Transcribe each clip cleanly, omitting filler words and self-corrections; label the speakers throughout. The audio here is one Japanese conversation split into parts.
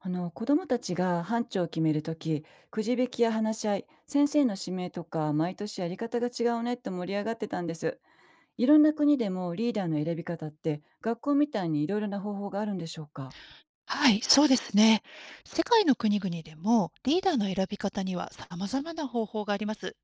Speaker 1: 子どもたちが班長を決めるとき、くじ引きや話し合い、先生の指名とか毎年やり方が違うねって盛り上がってたんです。いろんな国でもリーダーの選び方って、学校みたいにいろいろな方法があるんでしょうか？
Speaker 2: はい、そうですね。世界の国々でもリーダーの選び方には様々な方法があります。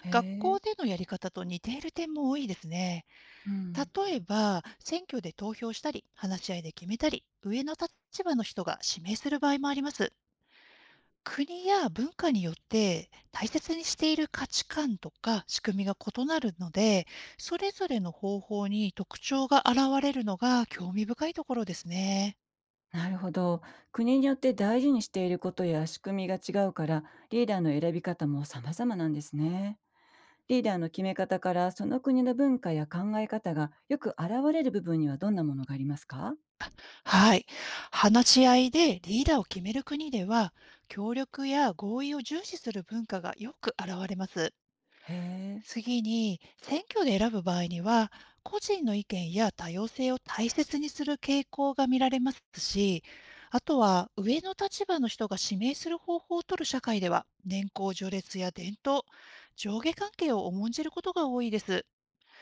Speaker 1: へ
Speaker 2: 学
Speaker 1: え。
Speaker 2: 校でのやり方と似ている点も多いですね。
Speaker 1: うん。
Speaker 2: 例えば、選挙で投票したり、話し合いで決めたり、上の立場の人が指名する場合もあります。国や文化によって大切にしている価値観とか仕組みが異なるので、それぞれの方法に特徴が現れるのが興味深いところですね。
Speaker 1: なるほど。国によって大事にしていることや仕組みが違うから、リーダーの選び方も様々なんですね。リーダーの決め方からその国の文化や考え方がよく現れる部分には、どんなものがありますか？
Speaker 2: はい。話し合いでリーダーを決める国では、協力や合意を重視する文化がよく現れます。
Speaker 1: へえ。
Speaker 2: 次に、選挙で選ぶ場合には、個人の意見や多様性を大切にする傾向が見られますし、あとは上の立場の人が指名する方法を取る社会では、年功序列や伝統、上下関係を重んじることが多いです。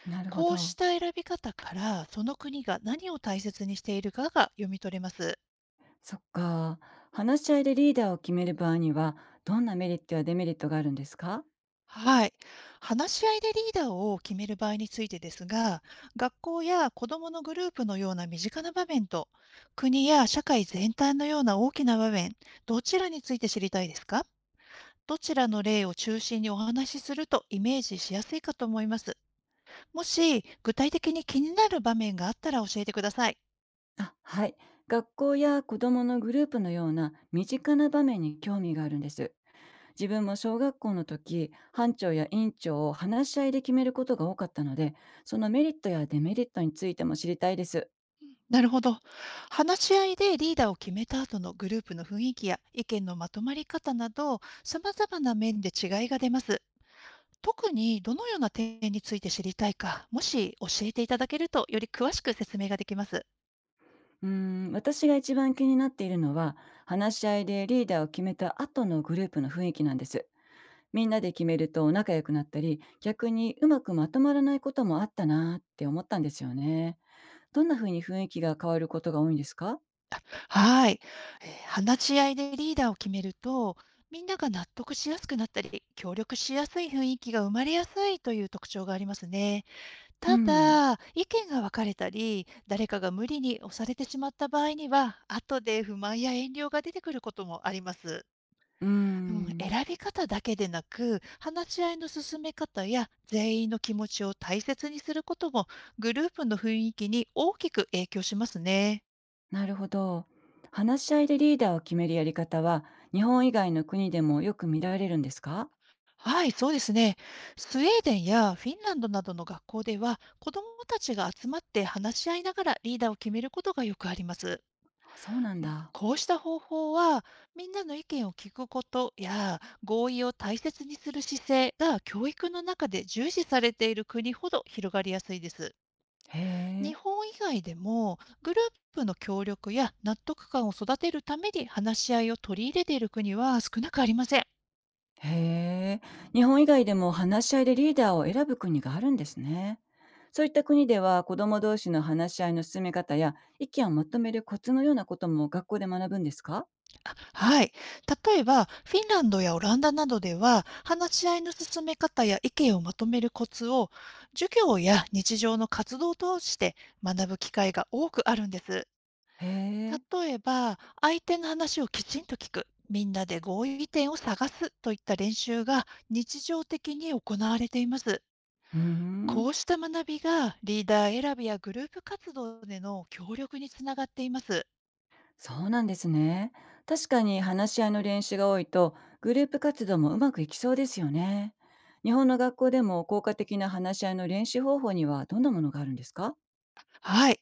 Speaker 1: なるほ
Speaker 2: こうし
Speaker 1: ど。
Speaker 2: た選び方から、その国が何を大切にしているかが読み取れます。
Speaker 1: そっか。話し合いでリーダーを決める場合には、どんなメリットやデメリットがあるんですか？
Speaker 2: はい。話し合いでリーダーを決める場合についてですが、学校や子どものグループのような身近な場面と、国や社会全体のような大きな場面、どちらについて知りたいですか？どちらの例を中心にお話しするとイメージしやすいかと思います。もし具体的に気になる場面があったら教えてください。
Speaker 1: あ、はい。学校や子どものグループのような身近な場面に興味があるんです。自分も小学校の時、班長や院長を話し合いで決めることが多かったので、そのメリットやデメリットについても知りたいです。
Speaker 2: なるほど。話し合いでリーダーを決めた後のグループの雰囲気や意見のまとまり方など、様々な面で違いが出ます。特にどのような点について知りたいか、もし教えていただけると、より詳しく説明ができます。
Speaker 1: うーん、私が一番気になっているのは、話し合いでリーダーを決めた後のグループの雰囲気なんです。みんなで決めると仲良くなったり、逆にうまくまとまらないこともあったなーって思ったんですよね。どんな風に雰囲気が変わることが多いんですか？
Speaker 2: はい。話し合いでリーダーを決めると、みんなが納得しやすくなったり、協力しやすい雰囲気が生まれやすいという特徴がありますね。
Speaker 1: う
Speaker 2: た
Speaker 1: ん。
Speaker 2: だ、意見が分かれたり、誰かが無理に押されてしまった場合には、後で不満や遠慮が出てくることもあります。
Speaker 1: うー
Speaker 2: うん、
Speaker 1: ん。
Speaker 2: 選び方だけでなく、話し合いの進め方や全員の気持ちを大切にすることも、グループの雰囲気に大きく影響しますね。
Speaker 1: なるほど。話し合いでリーダーを決めるやり方は、日本以外の国でもよく見られるんですか？
Speaker 2: はい、そうですね。スウェーデンやフィンランドなどの学校では、子どもたちが集まって話し合いながらリーダーを決めることがよくあります。
Speaker 1: あ、そうなんだ。
Speaker 2: こうした方法は、みんなの意見を聞くことや合意を大切にする姿勢が教育の中で重視されている国ほど広がりやすいです。
Speaker 1: へえ。
Speaker 2: 日本以外でもグループの協力や納得感を育てるために話し合いを取り入れている国は少なくありません。
Speaker 1: へえ、日本以外でも話し合いでリーダーを選ぶ国があるんですね。そういった国では、子ども同士の話し合いの進め方や意見をまとめるコツのようなことも学校で学ぶんですか？
Speaker 2: はい。例えば、フィンランドやオランダなどでは、話し合いの進め方や意見をまとめるコツを、授業や日常の活動を通して学ぶ機会が多くあるんです。
Speaker 1: へえ、
Speaker 2: 例えば、相手の話をきちんと聞く、みんなで合意点を探すといった練習が日常的に行われています。
Speaker 1: うーん、
Speaker 2: こうした学びがリーダー選びやグループ活動での協力につながっています。
Speaker 1: そうなんですね。確かに話し合いの練習が多いと、グループ活動もうまくいきそうですよね。日本の学校でも効果的な話し合いの練習方法には、どんなものがあるんですか？
Speaker 2: はい。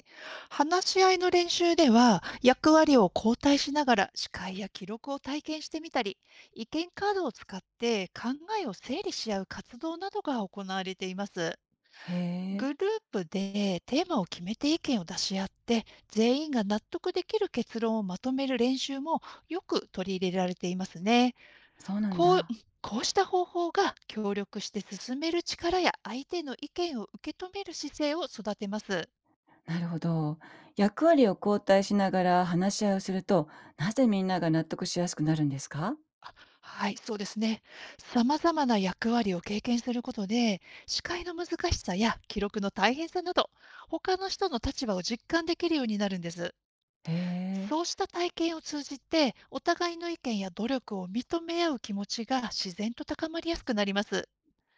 Speaker 2: 話し合いの練習では役割を交代しながら司会や記録を体験してみたり、意見カードを使って考えを整理し合う活動などが行われています。
Speaker 1: へえ、
Speaker 2: グループでテーマを決めて意見を出し合って、全員が納得できる結論をまとめる練習もよく取り入れられていますね。
Speaker 1: そうなん
Speaker 2: こう
Speaker 1: だ。
Speaker 2: こうした方法が協力して進める力や相手の意見を受け止める姿勢を育てます。
Speaker 1: なるほど。役割を交代しながら話し合いをすると、なぜみんなが納得しやすくなるんですか？
Speaker 2: はい、そうですね。様々な役割を経験することで、司会の難しさや記録の大変さなど、他の人の立場を実感できるようになるんです。
Speaker 1: へえ、
Speaker 2: そうした体験を通じて、お互いの意見や努力を認め合う気持ちが自然と高まりやすくなります。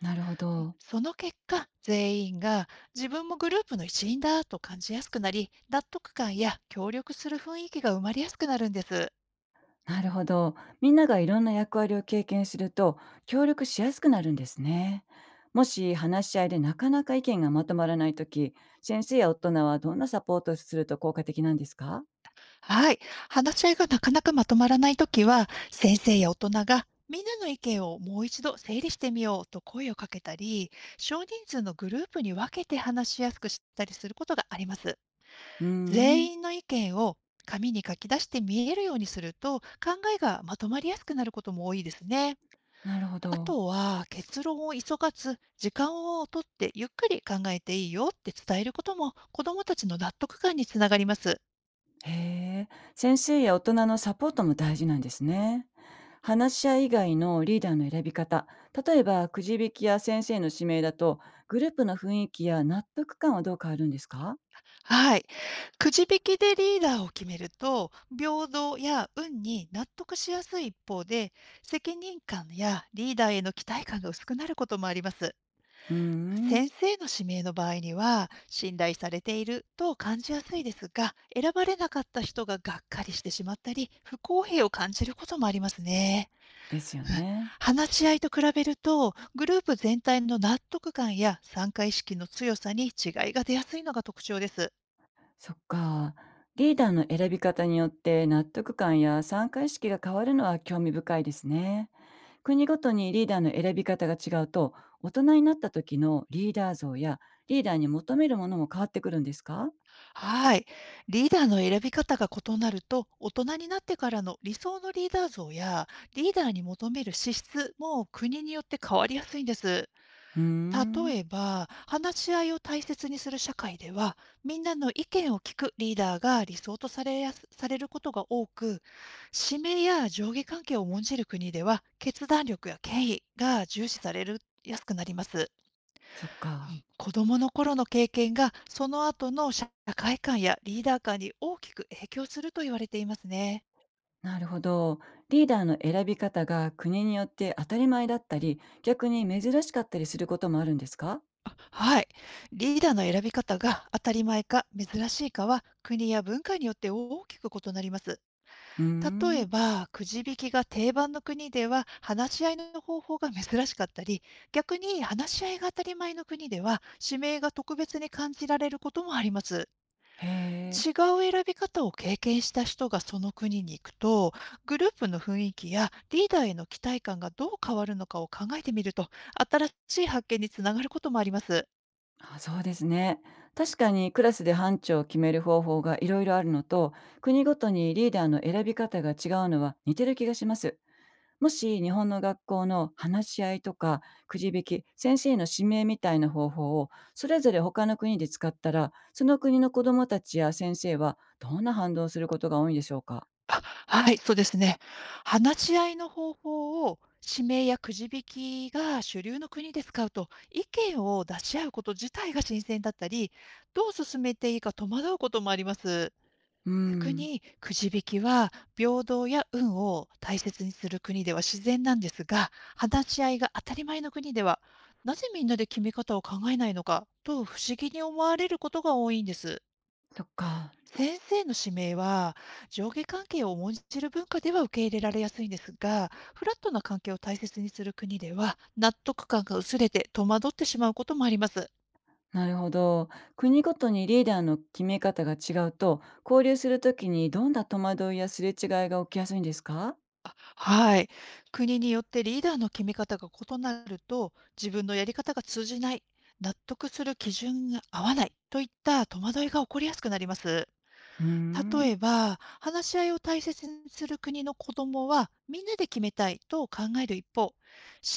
Speaker 1: なるほど。
Speaker 2: その結果、全員が自分もグループの一員だと感じやすくなり、納得感や協力する雰囲気が生まれやすくなるんです。
Speaker 1: なるほど。みんながいろんな役割を経験すると、協力しやすくなるんですね。もし話し合いでなかなか意見がまとまらないとき、先生や大人はどんなサポートをすると効果的なんですか？
Speaker 2: はい。話し合いがなかなかまとまらないときは、先生や大人がみんなの意見をもう一度整理してみようと声をかけたり、少人数のグループに分けて話しやすくしたりすることがあります。
Speaker 1: うーん、
Speaker 2: 全員の意見を紙に書き出して見えるようにすると、考えがまとまりやすくなることも多いですね。
Speaker 1: なるほ
Speaker 2: あ
Speaker 1: ど。
Speaker 2: とは、結論を急がず、時間をとってゆっくり考えていいよって伝えることも、子どもたちの納得感につながります。
Speaker 1: へえ、先生や大人のサポートも大事なんですね。話し合い以外のリーダーの選び方、例えばくじ引きや先生の指名だと、グループの雰囲気や納得感はどう変わるんですか？
Speaker 2: はい。くじ引きでリーダーを決めると、平等や運に納得しやすい一方で、責任感やリーダーへの期待感が薄くなることもあります。
Speaker 1: うーん、
Speaker 2: 先生の指名の場合には、信頼されていると感じやすいですが、選ばれなかった人ががっかりしてしまったり、不公平を感じることもありますね。
Speaker 1: ですよ
Speaker 2: うん、
Speaker 1: ね。
Speaker 2: 話し合いと比べると、グループ全体の納得感や参加意識の強さに違いが出やすいのが特徴です。
Speaker 1: そっか。リーダーの選び方によって納得感や参加意識が変わるのは興味深いですね。国ごとにリーダーの選び方が違うと、大人になった時のリーダー像やリーダーに求めるものも変わってくるんですか？
Speaker 2: はい。リーダーの選び方が異なると、大人になってからの理想のリーダー像や、リーダーに求める資質も国によって変わりやすいんです。
Speaker 1: うーん。
Speaker 2: 例えば、話し合いを大切にする社会では、みんなの意見を聞くリーダーが理想とされやすされることが多く、指名や上下関係を重んじる国では、決断力や権威が重視されるやすくなります。
Speaker 1: そっか。
Speaker 2: 子供の頃の経験が、その後の社会観やリーダー観に大きく影響すると言われていますね。
Speaker 1: なるほど。リーダーの選び方が国によって当たり前だったり、逆に珍しかったりすることもあるんですか？
Speaker 2: はい。リーダーの選び方が当たり前か珍しいかは、国や文化によって大きく異なります。
Speaker 1: うー
Speaker 2: 例え
Speaker 1: ん。
Speaker 2: ば、くじ引きが定番の国では話し合いの方法が 珍しかったり、逆に話し合いが当たり前の国では指名が特別に感じられることもあります。
Speaker 1: へえ。
Speaker 2: 違う選び方を経験した人がその国に行くと、グループの雰囲気やリーダーへの期待感がどう変わるのかを考えてみると、新しい発見につながることもあります。
Speaker 1: あ、そうですね。確かにクラスで班長を決める方法がいろいろあるのと、国ごとにリーダーの選び方が違うのは似てる気がします。もし日本の学校の話し合いとか、くじ引き、先生の指名みたいな方法をそれぞれ他の国で使ったら、その国の子どもたちや先生はどんな反応をすることが多いんでしょうか？
Speaker 2: あ、はい、そうですね。話し合いの方法を指名やくじ引きが主流の国で使うと、意見を出し合うこと自体が新鮮だったり、どう進めていいか戸惑うこともあります。
Speaker 1: うー
Speaker 2: 逆
Speaker 1: ん、
Speaker 2: にくじ引きは平等や運を大切にする国では自然なんですが、話し合いが当たり前の国では、なぜみんなで決め方を考えないのかと不思議に思われることが多いんです。
Speaker 1: そっか。
Speaker 2: 先生の指名は、上下関係を重んじる文化では受け入れられやすいんですが、フラットな関係を大切にする国では、納得感が薄れて戸惑ってしまうこともあります。
Speaker 1: なるほど。国ごとにリーダーの決め方が違うと、交流するときにどんな戸惑いやすれ違いが起きやすいんですか？
Speaker 2: はい。国によってリーダーの決め方が異なると、自分のやり方が通じない、納得する基準が合わないといった戸惑いが起こりやすくなります。
Speaker 1: うー
Speaker 2: 例
Speaker 1: ん、
Speaker 2: えば、話し合いを大切にする国の子どもは、みんなで決めたいと考える一方、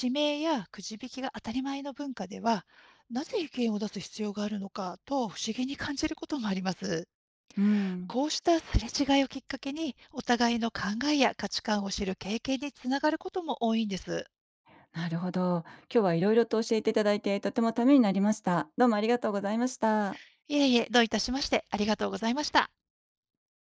Speaker 2: 指名やくじ引きが当たり前の文化では、なぜ意見を出す必要があるのかと不思議に感じることもあります。
Speaker 1: うん、
Speaker 2: こうしたすれ違いをきっかけに、お互いの考えや価値観を知る経験につながることも多いんです。
Speaker 1: なるほど。今日は色々と教えていただいて、とてもためになりました。どうもありがとうございました。
Speaker 2: いえいえ、どういたしまして、ありがとうございました。